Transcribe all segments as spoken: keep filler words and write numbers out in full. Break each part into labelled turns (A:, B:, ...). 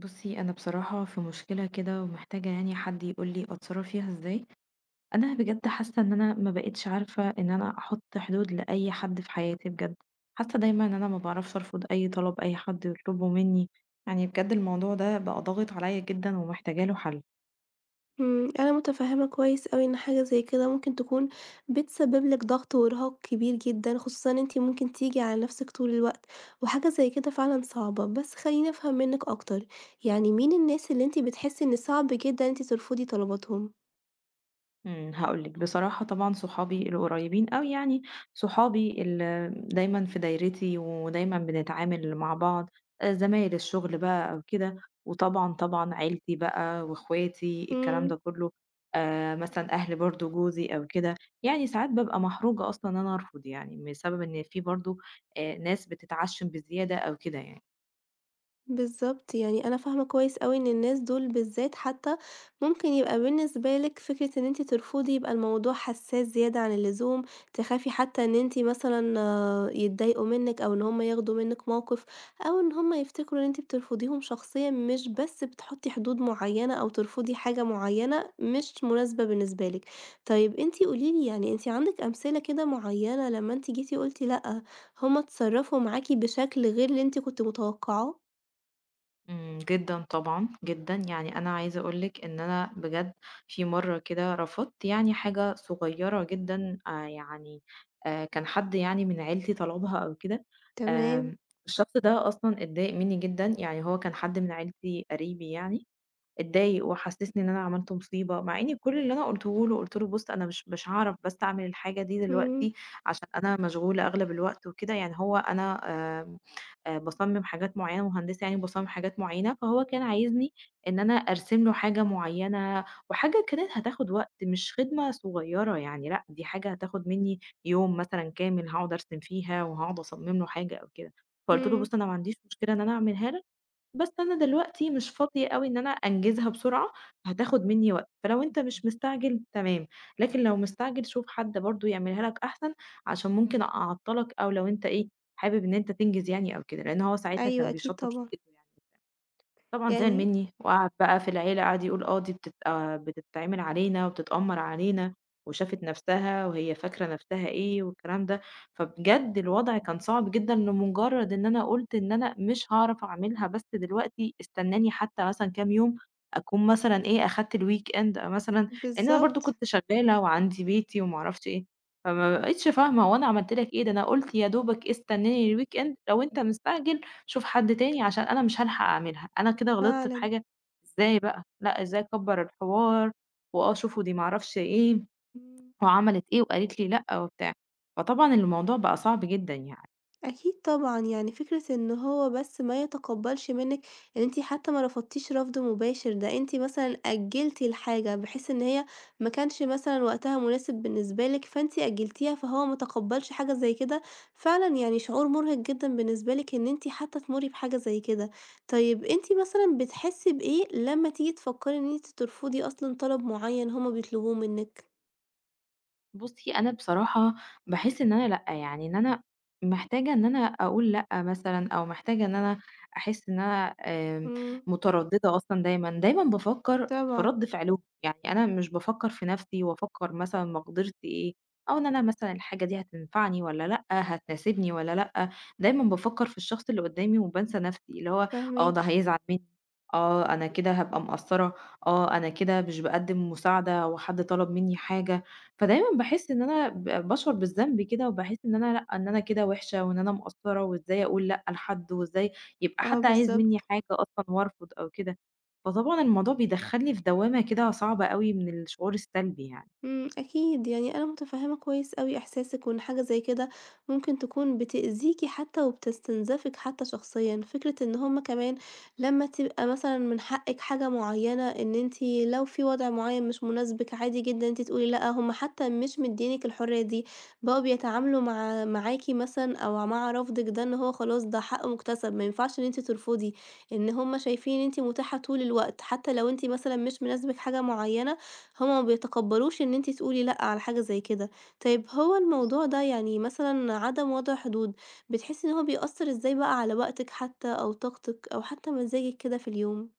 A: بُصّي، أنا بصراحة في مشكلة كده ومحتاجة يعني حد يقول لي أتصرّف فيها إزاي، أنا بجد حاسة إن أنا ما بقيتش عارفة إن أنا أحُط حدود لأي حد في حياتي بجد، حاسة دايمًا إن أنا ما باعرفش أرفض أي طلب أي حد يطلبه منّي، يعني بجد الموضوع ده بقى ضاغط عليّا جدًا ومحتاجة له حل.
B: إمم، أنا متفهمة كويس أوي إن حاجة زي كده ممكن تكون بتسبب لِك ضغط وإرهاق كبير جدًا، خصوصًا إن أنتِ ممكن تيجي على نفسِك طول الوقت، وحاجة زي كده فعلًا صعبة. بس خلّيني أفهم منِّك أكتر، يعني مين الناس اللي أنتِ بتحسي إن صعب جدًا إن أنتِ ترفضي طلباتهم؟
A: إمم، هاقول لِك بصراحة طبعًا صحابي القريبين أوي يعني، صحابي ال دايمًا في دايرتي ودايمًا بنتعامل مع بعض، آآ، زمايل الشغل بقى أو كده، وطبعًا، طبعًا عيلتي بقى واخواتي الكلام
B: إمم.
A: ده كله، آآ، مثلًا أهل برضه جوزي أو كده، يعني ساعات بابقى محرجة أصلًا إن أنا أرفض يعني، بسبب إن في برضه آآ، ناس بتتعشم بزيادة أو كده يعني.
B: بالضبط، يعني أنا فاهمة كويس أوي إن الناس دول بالذات حتى ممكن يبقى بالنسبة لِك فكرة إن أنتِ ترفضي يبقى الموضوع حساس زيادة عن اللزوم، تخافي حتى إن أنتِ مثلًا آه، يتضايقوا منِك أو إن هُم ياخدوا منِك موقف، أو إن هُم يفتكروا إن أنتِ بترفضيهم شخصيًا مش بس بتحطي حدود معينة أو ترفضي حاجة معينة مش مناسبة بالنسبة لِك. طيب أنتِ قولي لي يعني أنتِ عندِك أمثلة كده معينة لمّا أنتِ جيتِ قُلتِ لأ، هُم اتصرفوا معاكِ بشكل غير اللي أنتِ كنتِ متوقعاه؟
A: إمم، جدًا طبعًا، جدًا، يعني أنا عايزة أقول لِك إن أنا بجد في مرّة كده رفضت يعني حاجة صغيّرة جدًا آآ يعني آآ كان حد يعني من عيلتي طلبها أو كده،
B: تمام،
A: آمم الشخص ده أصلًا اتضايق منّي جدًا، يعني هو كان حد من عيلتي قريبي يعني، اتضايق وحسسني إن أنا عملت مصيبة، مع إني كل اللي أنا قُلته له، قُلت له: "بُص أنا مش مش هاعرف بس أعمل الحاجة دي
B: إمم،
A: دلوقتي عشان أنا مشغولة أغلب الوقت وكده." يعني هو أنا آمم، آآ باصمم حاجات معيّنة، مهندسة يعني وباصمم حاجات معيّنة، فهو كان عايزني إن أنا أرسم له حاجة معيّنة وحاجة كانت هتاخد وقت، مش خدمة صغيّرة يعني لأ، دي حاجة هتاخد منّي يوم مثلًا كامل هاقعد أرسم فيها وهاقعد أصمم له حاجة أو كده، فقُلت له:
B: إمم،
A: "بُص أنا ما عنديش مشكلة إن أنا أعملها لك." بس أنا دلوقتي مش فاضية أوي إن أنا أنجزها بسرعة، فهتاخد منّي وقت، فلو أنت مش مستعجل تمام، لكن لو مستعجل شوف حد برضه يعملها لك أحسن، عشان ممكن أعطّلك أو لو أنت إيه، حابب إن أنت تنجز يعني أو كده، لإن هو ساعتها
B: أيوه
A: كان
B: أكيد
A: بيشطّب
B: طبعًا،
A: شقته يعني. طبعًا زعل
B: يعني
A: منّي، وقعد بقى في العيلة قعد يقول آه دي بتبقى بتتعمل علينا وبتتأمّر علينا، وشافت نَفْسها وهي فاكرة نَفْسها إيه والكلام ده، فبجد الوضع كان صعب جدًا لمجرّد إن أنا قُلت إن أنا مش هاعرف أعملها بس دلوقتي استنّاني حتى مثلًا كام يوم أكون مثلًا إيه، أخدت الweekend مثلًا، لإن أنا برضه
B: بالضبط،
A: كنت شغّالة وعندي بيتي وما أعرفش إيه، فما بقيتش فاهمة هو أنا عملت لك إيه، ده أنا قُلت يا دوبك استنّاني الweekend لو أنت مستعجل شوف حد تاني عشان أنا مش هالحق أعملها، أنا كده غلطت في
B: فعلًا،
A: حاجة إزاي بقى، لأ إزاي أكبّر الحوار، وآه شوفوا دي ما أعرفش إيه،
B: إمم.
A: وعملت إيه وقالت لي لأ وبتاع، فطبعًا الموضوع بقى صعب جدًا يعني.
B: أكيد طبعًا، يعني فكرة إن هو بس ما يتقبّلش منِّك إن أنتِ حتى ما رفضتيش رفض مباشر، ده أنتِ مثلًا أجّلتِ الحاجة بحيث إن هي ما كانش مثلًا وقتها مناسب بالنسبة لِك، فأنتِ أجّلتيها فهو ما تقبّلش حاجة زي كده، فعلًا يعني شعور مرهق جدًا بالنسبة لِك إن أنتِ حتى تمُرّي بحاجة زي كده. طيب أنتِ مثلًا بتحسّي بإيه لمّا تيجي تفكّري إن أنتِ ترفضي أصلًا طلب معيّن هُم بيطلبوه منِّك؟
A: بُصّي، أنا بصراحة باحس إن أنا لأ، يعني إن أنا محتاجة إن أنا أقول لأ مثلًا أو محتاجة إن أنا أحس إن أنا آمم،
B: إمم،
A: مترددة أصلًا دايمًا، دايمًا بافكّر في
B: طبعًا،
A: رَد فعلهم، يعني أنا مش بافكّر في نَفْسي وأفكّر مثلًا مقدرتي إيه، أو إن أنا مثلًا الحاجة دي هتنفعني والّا لأ، هتناسبني والّا لأ، دايمًا بافكّر في الشخص اللي قدّامي وبانسى نَفْسي، اللي هو آه،
B: فاهماكِ.
A: ده هيزعل منّي، آه، أنا كده هابقى مقصّرة، آه، أنا كده مش باقدّم مساعدة وحد طلب منّي حاجة. فدايمًا باحس إن أنا ب باشعر بالذنب كده، وباحس إن أنا لأ، إن أنا كده وِحشة، وإن أنا مقصّرة، وإزاي أقول لأ لحد، وإزاي يبقى
B: آه،
A: حد عايز منّي
B: بالضبط.
A: حاجة أصلًا وأرفض أو كده، فطبعًا الموضوع بيدخّلني في دوّامة كده صعبة أوي من الشعور السلبي يعني.
B: إمم، أكيد، يعني أنا متفهّمة كويس أوي إحساسِك، وإن حاجة زي كده ممكن تكون بتأذيكِ حتى وبتستنزفِك حتى شخصيًا، فكرة إن هُم كمان لمّا تبقى مثلًا من حقِّك حاجة معيّنة، إن أنتِ لو في وضع معيّن مش مناسبِك عادي جدًا أنتِ تقولي لأ، هُم حتى مش مدّيينِك الحرية دي، بقوا بيتعاملوا مع معاكِ مثلًا أو مع رفضِك ده إن هو خلاص ده حق مُكتسب، ما ينفعش إن أنتِ ترفضي، إن هُم شايفين إن أنتِ متاحة طول الوقت، حتى لو أنتِ مثلًا مش مناسبِك حاجة معيّنة هُم ما بيتقبّلوش إن أنتِ تقولي لأ على حاجة زي كده، طيب هو الموضوع ده يعني مثلًا عدم وضع حدود، بتحسّي إن هو بيأثّر إزاي بقى على وقتِك حتى أو طاقتِك أو حتى مزاجِك كده في اليوم؟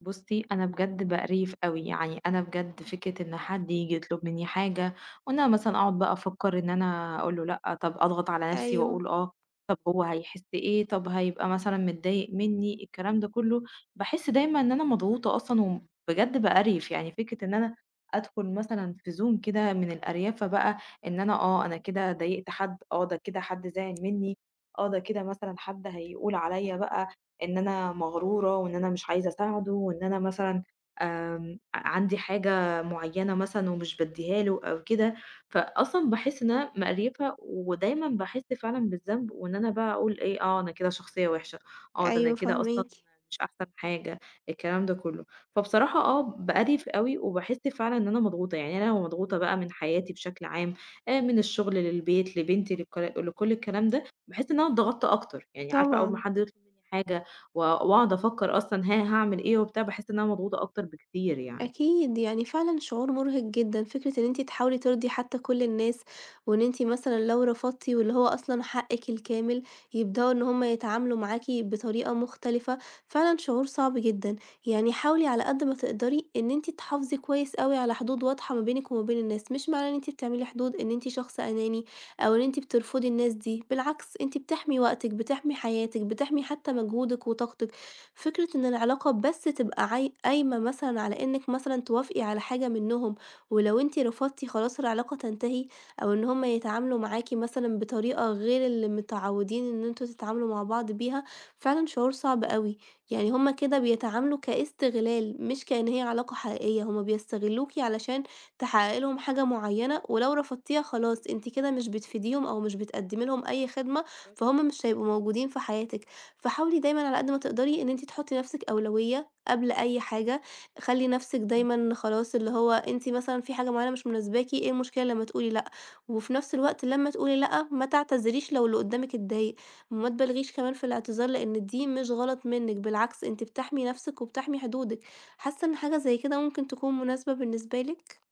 A: بُصّي، أنا بجد بأريف أوي، يعني أنا بجد فكرة إن حد ييجي يطلب منّي حاجة وإن أنا مثلًا أقعد بقى أفكّر إن أنا أقول له لأ، طَب أضغط على نَفْسي
B: أيوه،
A: وأقول آه، طَب هو هيحِس إيه، طَب هيبقى مثلًا متضايق منّي، الكلام ده كُلّه، باحس دايمًا إن أنا مضغوطة أصلًا وبجد بأريف، يعني فكرة إن أنا أدخُل مثلًا في zone كده من الأريَفة بقى إن أنا آه، أنا كده ضايقت حد، آه، ده كده حد زعل منّي، آه، ده كده مثلًا حد هيقول عليّا بقى إن أنا مغرورة وإن أنا مش عايزة أساعده وإن أنا مثلًا آمم، عندي حاجة معيّنة مثلًا ومش بادّيها له أو كده، فأصلًا باحس إن أنا مقريفة ودايمًا باحس فعلًا بالذنب وإن أنا بقى أقول إيه، آه، أنا كده شخصية وِحشة، آه، ده أنا
B: أيوه
A: كده أصلًا
B: فاهماكِ،
A: مش أحسن حاجة، الكلام ده كله. فبصراحة آه، بأرِف أوي وباحس فعلًا إن أنا مضغوطة، يعني أنا مضغوطة بقى من حياتي بشكل عام، آآ، من الشغل للبيت لبنتي للك لكل الكلام ده، باحس إن أنا اتضغطت أكتر، يعني عارفة أول ما
B: طبعًا.
A: حد يطلب منّي حاجة و وأقعد أفكّر أصلًا ها هاعمل إيه وبتاع، باحس إن أنا مضغوطة أكتر بكتير يعني.
B: أكيد، يعني فعلًا شعور مُرهق جدًا، فكرة إن أنتِ تحاولي ترضي حتى كل الناس، وإن أنتِ مثلًا لو رفضتِ واللي هو أصلًا حقِّك الكامل، يبدأوا إن هُم يتعاملوا معاكِ بطريقة مختلفة، فعلًا شعور صعب جدًا، يعني حاولي على قد ما تقدري إن أنتِ تحافظي كويس أوي على حدود واضحة ما بينِك وما بين الناس، مش معناه إن أنتِ بتعملي حدود إن أنتِ شخص أناني، أو إن أنتِ بترفضي الناس دي، بالعكس أنتِ بتحمي وقتِك، بتحمي حياتِك، بتحمي حتى مجهودِك وطاقتِك. فكرة إن العلاقة بس تبقى عاي قايمة مثلًا على إنِّك مثلًا توافقي على حاجة منّهم، ولو أنتِ رفضتِ خلاص العلاقة تنتهي، أو إن هُم يتعاملوا معاكِ مثلًا بطريقة غير اللي متعودين إن أنتم تتعاملوا مع بعض بيها، فعلًا شعور صعب أوي، يعني هُم كده بيتعاملوا كاستغلال مش كإن هي علاقة حقيقية، هُم بيستغلوكِ علشان تحققي لهم حاجة معيّنة، ولو رفضتيها خلاص أنتِ كده مش بتفيديهم أو مش بتقدّمي لهم أي خدمة،
A: بالضبط،
B: فهُم مش هيبقوا موجودين في حياتِك. فحاولي دايمًا على قد ما تقدري إن أنتِ تحطّي لنفسِك أولوية قبل أي حاجة، خلّي نفسِك
A: إمم.
B: دايمًا خلاص اللي هو أنتِ مثلًا في حاجة معينة مش مناسباكِ، إيه المشكلة لمّا تقولي لأ، وفي نفس الوقت لمّا تقولي لأ ما تعتذريش لو اللي قدّامِك اتضايق، وما تبالغيش كمان في الاعتذار لإن دي مش غلط منِّك، بالعكس أنتِ بتحمي نفسِك وبتحمي حدودِك، حاسة إن حاجة زي كده ممكن تكون مناسبة بالنسبة لِك؟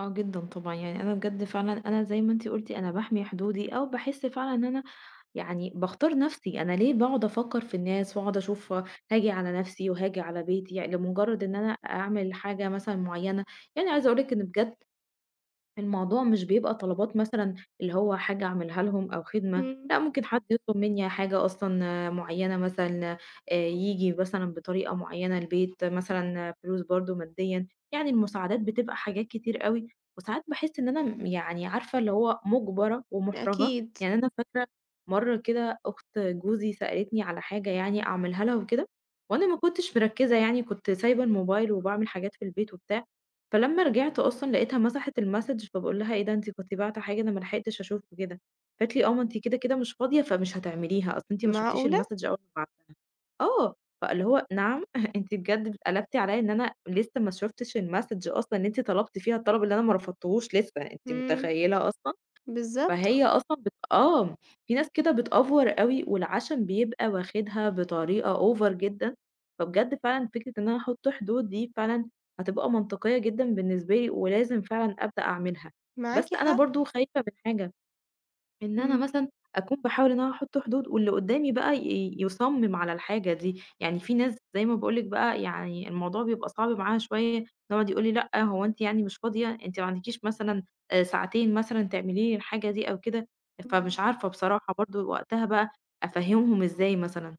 A: آه جدًا طبعًا، يعني أنا بجد فعلًا أنا زي ما أنتِ قُلتِ أنا باحمي حدودي أو باحس فعلًا إن أنا يعني باختار نفسي، أنا ليه باقعد أفكّر في الناس وأقعد أشوف هاجي على نفسي وهاجي على بيتي، يعني لمجرد إن أنا أعمل حاجة مثلًا معيّنة، يعني عايزة أقول لِك إن بجد الموضوع مش بيبقى طلبات مثلًا اللي هو حاجة أعملها لهم أو خدمة،
B: إمم،
A: لأ ممكن حد يطلب منّي حاجة أصلًا آه، معيّنة مثلًا آآ ييجي مثلًا بطريقة معيّنة البيت، مثلًا آه، فلوس برضه ماديًا، يعني المساعدات بتبقى حاجات كتير أوي، وساعات باحس إن أنا م يعني عارفة اللي هو مُجبرة ومُحرجة،
B: أكيد،
A: يعني أنا فاكرة مرّة كده أخت جوزي سألتني على حاجة يعني أعملها لها وكده، وأنا ما كنتش مركّزة يعني كنت سايبة الموبايل وباعمل حاجات في البيت وبتاع، فلمّا رجعت أصلًا لقيتها مسحت الmessage فباقول لها: "إيه ده أنتِ كنتِ باعتة حاجة أنا ما لحقتش أشوف وكده." قالت لي: "آه، ما أنتِ كده، كده مش فاضية فمش هتعمليها، أصل أنتِ ما شُفتيش
B: معقولة!
A: الmessage أول ما بعتها." آه، فاللي هو نعم، أنتِ بجد قلبتِ عليّا إن أنا لسه ما شُفتش الmessage أصلًا اللي أنتِ طلبتِ فيها الطلب اللي أنا ما رفضتهوش لسه، أنتِ
B: إمم،
A: متخيلة أصلًا؟
B: بالضبط،
A: فهي
B: خ
A: أصلًا بت آه، في ناس كده بتأفور أوي والعشم بيبقى واخدها بطريقة over جدًا، فبجد فعلًا فكرة إن أنا أحط حدود دي فعلًا هتبقى منطقية جدًا بالنسبة لي، ولازم فعلًا أبدأ أعملها. بس
B: معاكِ
A: أنا
B: حق،
A: برضه خايفة من حاجة إن أنا
B: إمم،
A: مثلًا أكون باحاول إن أنا أحُط حدود واللي قُدّامي بقى ي يُصمِّم على الحاجة دي، يعني في ناس زي ما باقول لِك بقى يعني الموضوع بيبقى صعب معاها شوية، يقعد يقول لي: "لأ، هو أنتِ يعني مش فاضية؟ أنتِ ما عندكيش مثلًا آآ ساعتين مثلًا تعملي لي الحاجة دي أو كده؟"
B: إمم.
A: فمش عارفة بصراحة برضه وقتها بقى أفهِّمهم إزاي مثلًا.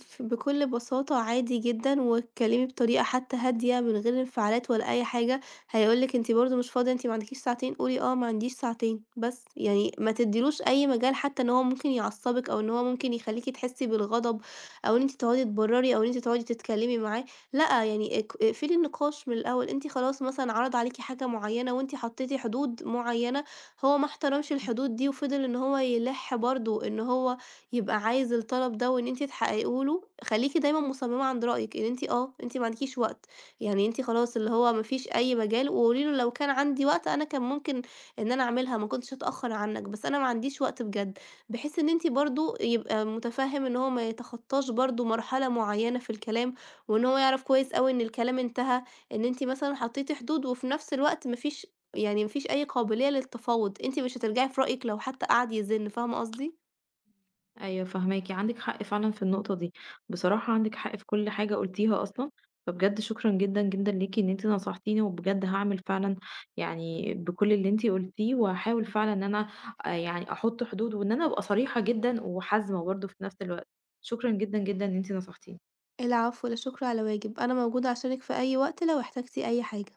B: ف بكل بساطة عادي جدًا، واتكلمي بطريقة حتى هادية من غير انفعالات ولا أي حاجة، هيقول لِك أنتِ برضه مش فاضية، أنتِ ما عندكيش ساعتين، قولي آه ما عنديش ساعتين، بس يعني ما تديلوش أي مجال حتى إن هو ممكن يعصبِك، أو إن هو ممكن يخليكِ تحسي بالغضب، أو إن أنتِ تقعدي تبرري، أو إن أنتِ تقعدي تتكلمي معاه، لأ يعني اق اقفلي النقاش من الأول، أنتِ خلاص مثلًا عرض عليكِ حاجة معينة وأنتِ حطيتِ حدود معينة، هو ما احترمش الحدود دي وفضل إن هو يلِح برضه إن هو يبقى عايز الطلب ده وإن أنتِ تحققيه له، خلّيكِ دايمًا مصممة عند رأيِك، إن أنتِ آه، أنتِ ما عندكيش وقت، يعني أنتِ خلاص اللي هو ما فيش أي مجال، وقولي له لو كان عندي وقت أنا كان ممكن إن أنا أعملها، ما كنتش هاتأخر عنك، بس أنا ما عنديش وقت بجد، بحيث إن أنتِ برضه يبقى متفهم إن هو ما يتخطاش برضه مرحلة معينة في الكلام، وإن هو يعرف كويس أوي إن الكلام انتهى، إن أنتِ مثلًا حطيتِ حدود، وفي نفس الوقت ما فيش يعني ما فيش أي قابلية للتفاوض، أنتِ مش هترجعي في رأيِك لو حتى قعد يزن، فاهمة قصدي؟
A: أيوه فاهماكِ، عندِك حق فعلًا في النقطة دي، بصراحة عندِك حق في كل حاجة قُلتيها أصلًا، فبجد شكرًا جدًا، جدًا ليكِ إن أنتِ نصحتيني، وبجد هاعمل فعلًا يعني بكل اللي أنتِ قُلتيه، وهاحاول فعلًا إن أنا آآ يعني أحُط حدود، وإن أنا أبقى صريحة جدًا وحازمة برضه في نفس الوقت، شكرًا جدًا، جدًا إن أنتِ نصحتيني.
B: العفو، لا شكر على واجب، أنا موجودة عشانِك في أي وقت لو احتجتِ أي حاجة.